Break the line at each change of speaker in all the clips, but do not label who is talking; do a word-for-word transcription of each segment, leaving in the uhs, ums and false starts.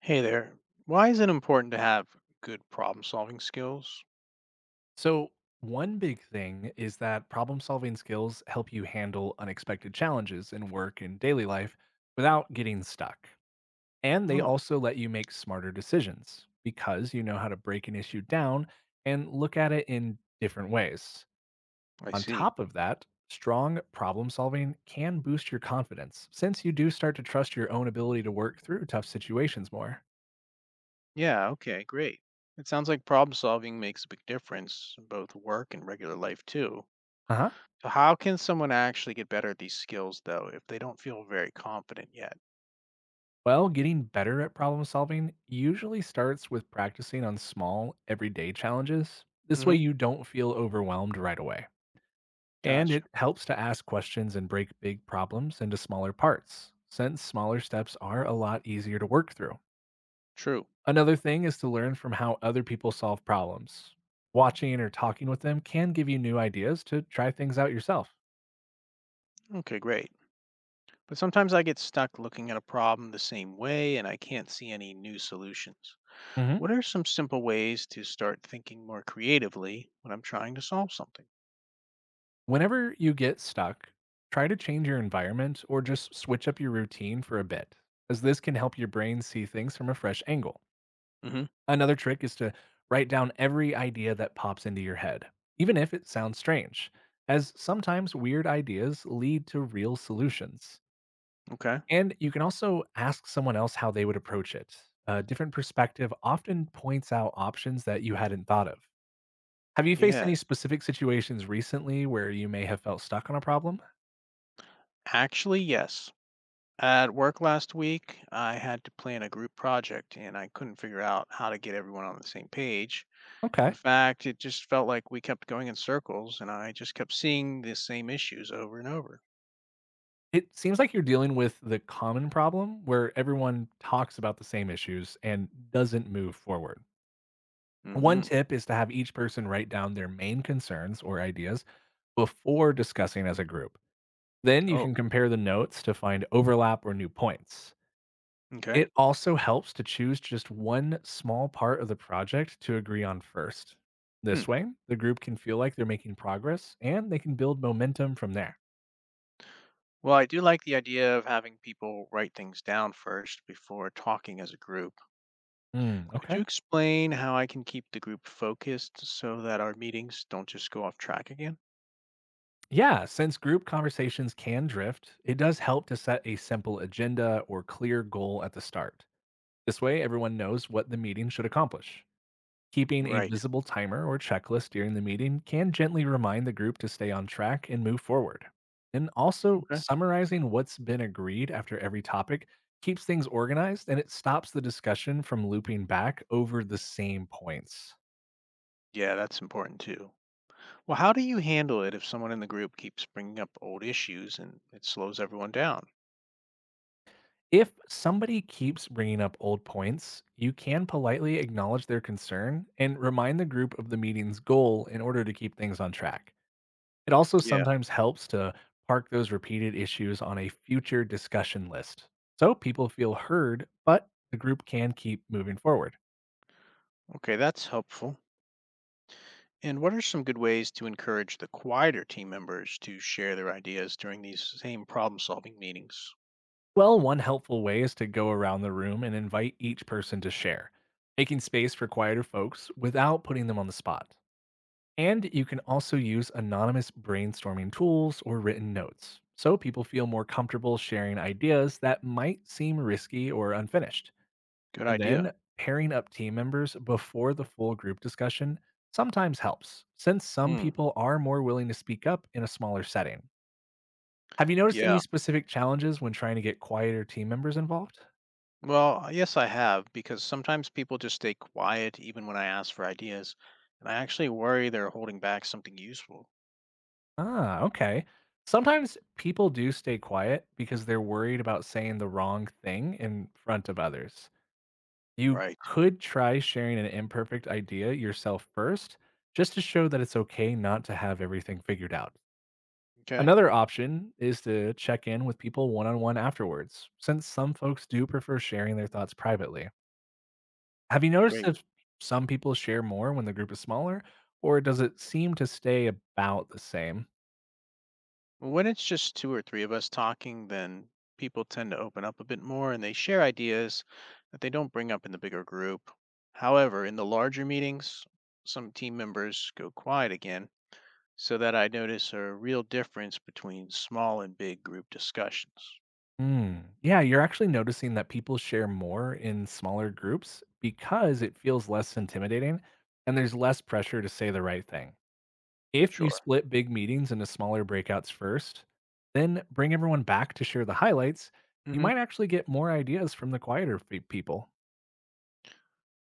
Hey there. Why is it important to have good problem solving skills?
So, one big thing is that problem solving skills help you handle unexpected challenges in work and daily life without getting stuck. And they
Oh,
also let you make smarter decisions because you know how to break an issue down and look at it in different ways.
I
On
see.
top of that, strong problem solving can boost your confidence since you do start to trust your own ability to work through tough situations more.
Yeah, okay, great. It sounds like problem solving makes a big difference in both work and regular life too.
Uh huh.
So how can someone actually get better at these skills though if they don't feel very confident yet?
Well, getting better at problem solving usually starts with practicing on small, everyday challenges. This way,
Mm-hmm.
you don't feel overwhelmed right away. And
Gotcha.
it helps to ask questions and break big problems into smaller parts, since smaller steps are a lot easier to work through.
True.
Another thing is to learn from how other people solve problems. Watching or talking with them can give you new ideas to try things out yourself.
Okay, great. But sometimes I get stuck looking at a problem the same way and I can't see any new solutions.
Mhm.
What are some simple ways to start thinking more creatively when I'm trying to solve something?
Whenever you get stuck, try to change your environment or just switch up your routine for a bit, as this can help your brain see things from a fresh angle.
Mm-hmm.
Another trick is to write down every idea that pops into your head, even if it sounds strange, as sometimes weird ideas lead to real solutions.
Okay.
And you can also ask someone else how they would approach it. A different perspective often points out options that you hadn't thought of. Have you faced any
Yes.
specific situations recently where you may have felt stuck on a problem?
Actually, yes. At work last week, I had to plan a group project and I couldn't figure out how to get everyone on the same page. In
Okay.
fact, it just felt like we kept going in circles and I just kept seeing the same issues over and over.
It seems like you're dealing with the common problem where everyone talks about the same issues and doesn't move forward. One
Hmm.
tip is to have each person write down their main concerns or ideas before discussing as a group. Then you
Oh,
can compare the notes to find overlap or new points.
okay.
It also helps to choose just one small part of the project to agree on first.
Hmm.
This way, the group can feel like they're making progress and they can build momentum from there.
Well, I do like the idea of having people write things down first before talking as a group.
Hmm,
Could
okay.
you explain how I can keep the group focused so that our meetings don't just go off track again?
Yeah, since group conversations can drift, it does help to set a simple agenda or clear goal at the start. This way, everyone knows what the meeting should accomplish. Keeping a
Right.
visible timer or checklist during the meeting can gently remind the group to stay on track and move forward. And also, summarizing what's been agreed after every topic keeps things organized and it stops the discussion from looping back over the same points.
Yeah, that's important too. Well, how do you handle it if someone in the group keeps bringing up old issues and it slows everyone down?
If somebody keeps bringing up old points, you can politely acknowledge their concern and remind the group of the meeting's goal in order to keep things on track. It also
Yeah.
sometimes helps to park those repeated issues on a future discussion list so people feel heard, but the group can keep moving forward.
Okay, that's helpful. And what are some good ways to encourage the quieter team members to share their ideas during these same problem-solving meetings?
Well, one helpful way is to go around the room and invite each person to share, making space for quieter folks without putting them on the spot. And you can also use anonymous brainstorming tools or written notes so people feel more comfortable sharing ideas that might seem risky or unfinished.
Good
And
idea.
then pairing up team members before the full group discussion sometimes helps, since some
Hmm.
people are more willing to speak up in a smaller setting. Have you noticed any
Yeah.
specific challenges when trying to get quieter team members involved?
Well, yes, I have, because sometimes people just stay quiet even when I ask for ideas, and I actually worry they're holding back something useful.
Ah, okay. Sometimes people do stay quiet because they're worried about saying the wrong thing in front of others. You
Right.
could try sharing an imperfect idea yourself first, just to show that it's okay not to have everything figured out.
Okay.
Another option is to check in with people one on one afterwards, since some folks do prefer sharing their thoughts privately. Have you noticed
Great.
if some people share more when the group is smaller, or does it seem to stay about the same?
When it's just two or three of us talking, then people tend to open up a bit more and they share ideas that they don't bring up in the bigger group. However, in the larger meetings, some team members go quiet again, so that I notice a real difference between small and big group discussions.
Hmm. Yeah, you're actually noticing that people share more in smaller groups because it feels less intimidating and there's less pressure to say the right thing. If you
Sure.
split big meetings into smaller breakouts first, then bring everyone back to share the highlights, you
Hmm.
might actually get more ideas from the quieter fe- people.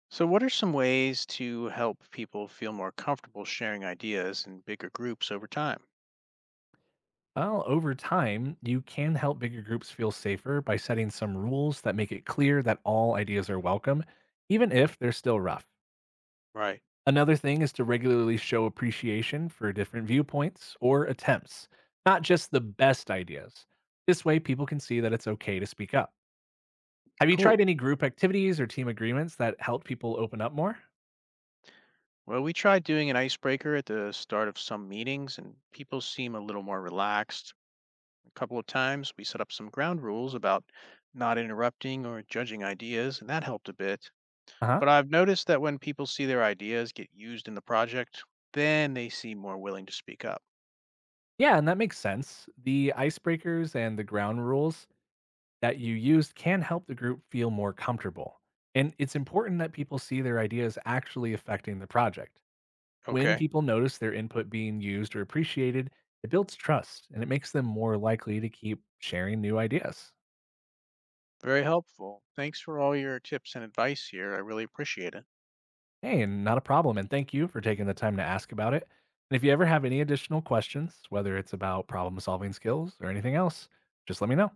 So, what are some ways to help people feel more comfortable sharing ideas in bigger groups over time?
Well, over time, you can help bigger groups feel safer by setting some rules that make it clear that all ideas are welcome, even if they're still rough.
Right.
Another thing is to regularly show appreciation for different viewpoints or attempts, not just the best ideas. This way, people can see that it's okay to speak up. Have you tried
Cool.
any group activities or team agreements that help people open up more?
Well, we tried doing an icebreaker at the start of some meetings, and people seem a little more relaxed. A couple of times we set up some ground rules about not interrupting or judging ideas, and that helped a bit.
Uh huh.
But I've noticed that when people see their ideas get used in the project, then they seem more willing to speak up.
Yeah, and that makes sense. The icebreakers and the ground rules that you used can help the group feel more comfortable. And it's important that people see their ideas actually affecting the project. When
Okay.
people notice their input being used or appreciated, it builds trust and it makes them more likely to keep sharing new ideas.
Very helpful. Thanks for all your tips and advice here. I really appreciate it.
Hey, and not a problem. And thank you for taking the time to ask about it. And if you ever have any additional questions, whether it's about problem solving skills or anything else, just let me know.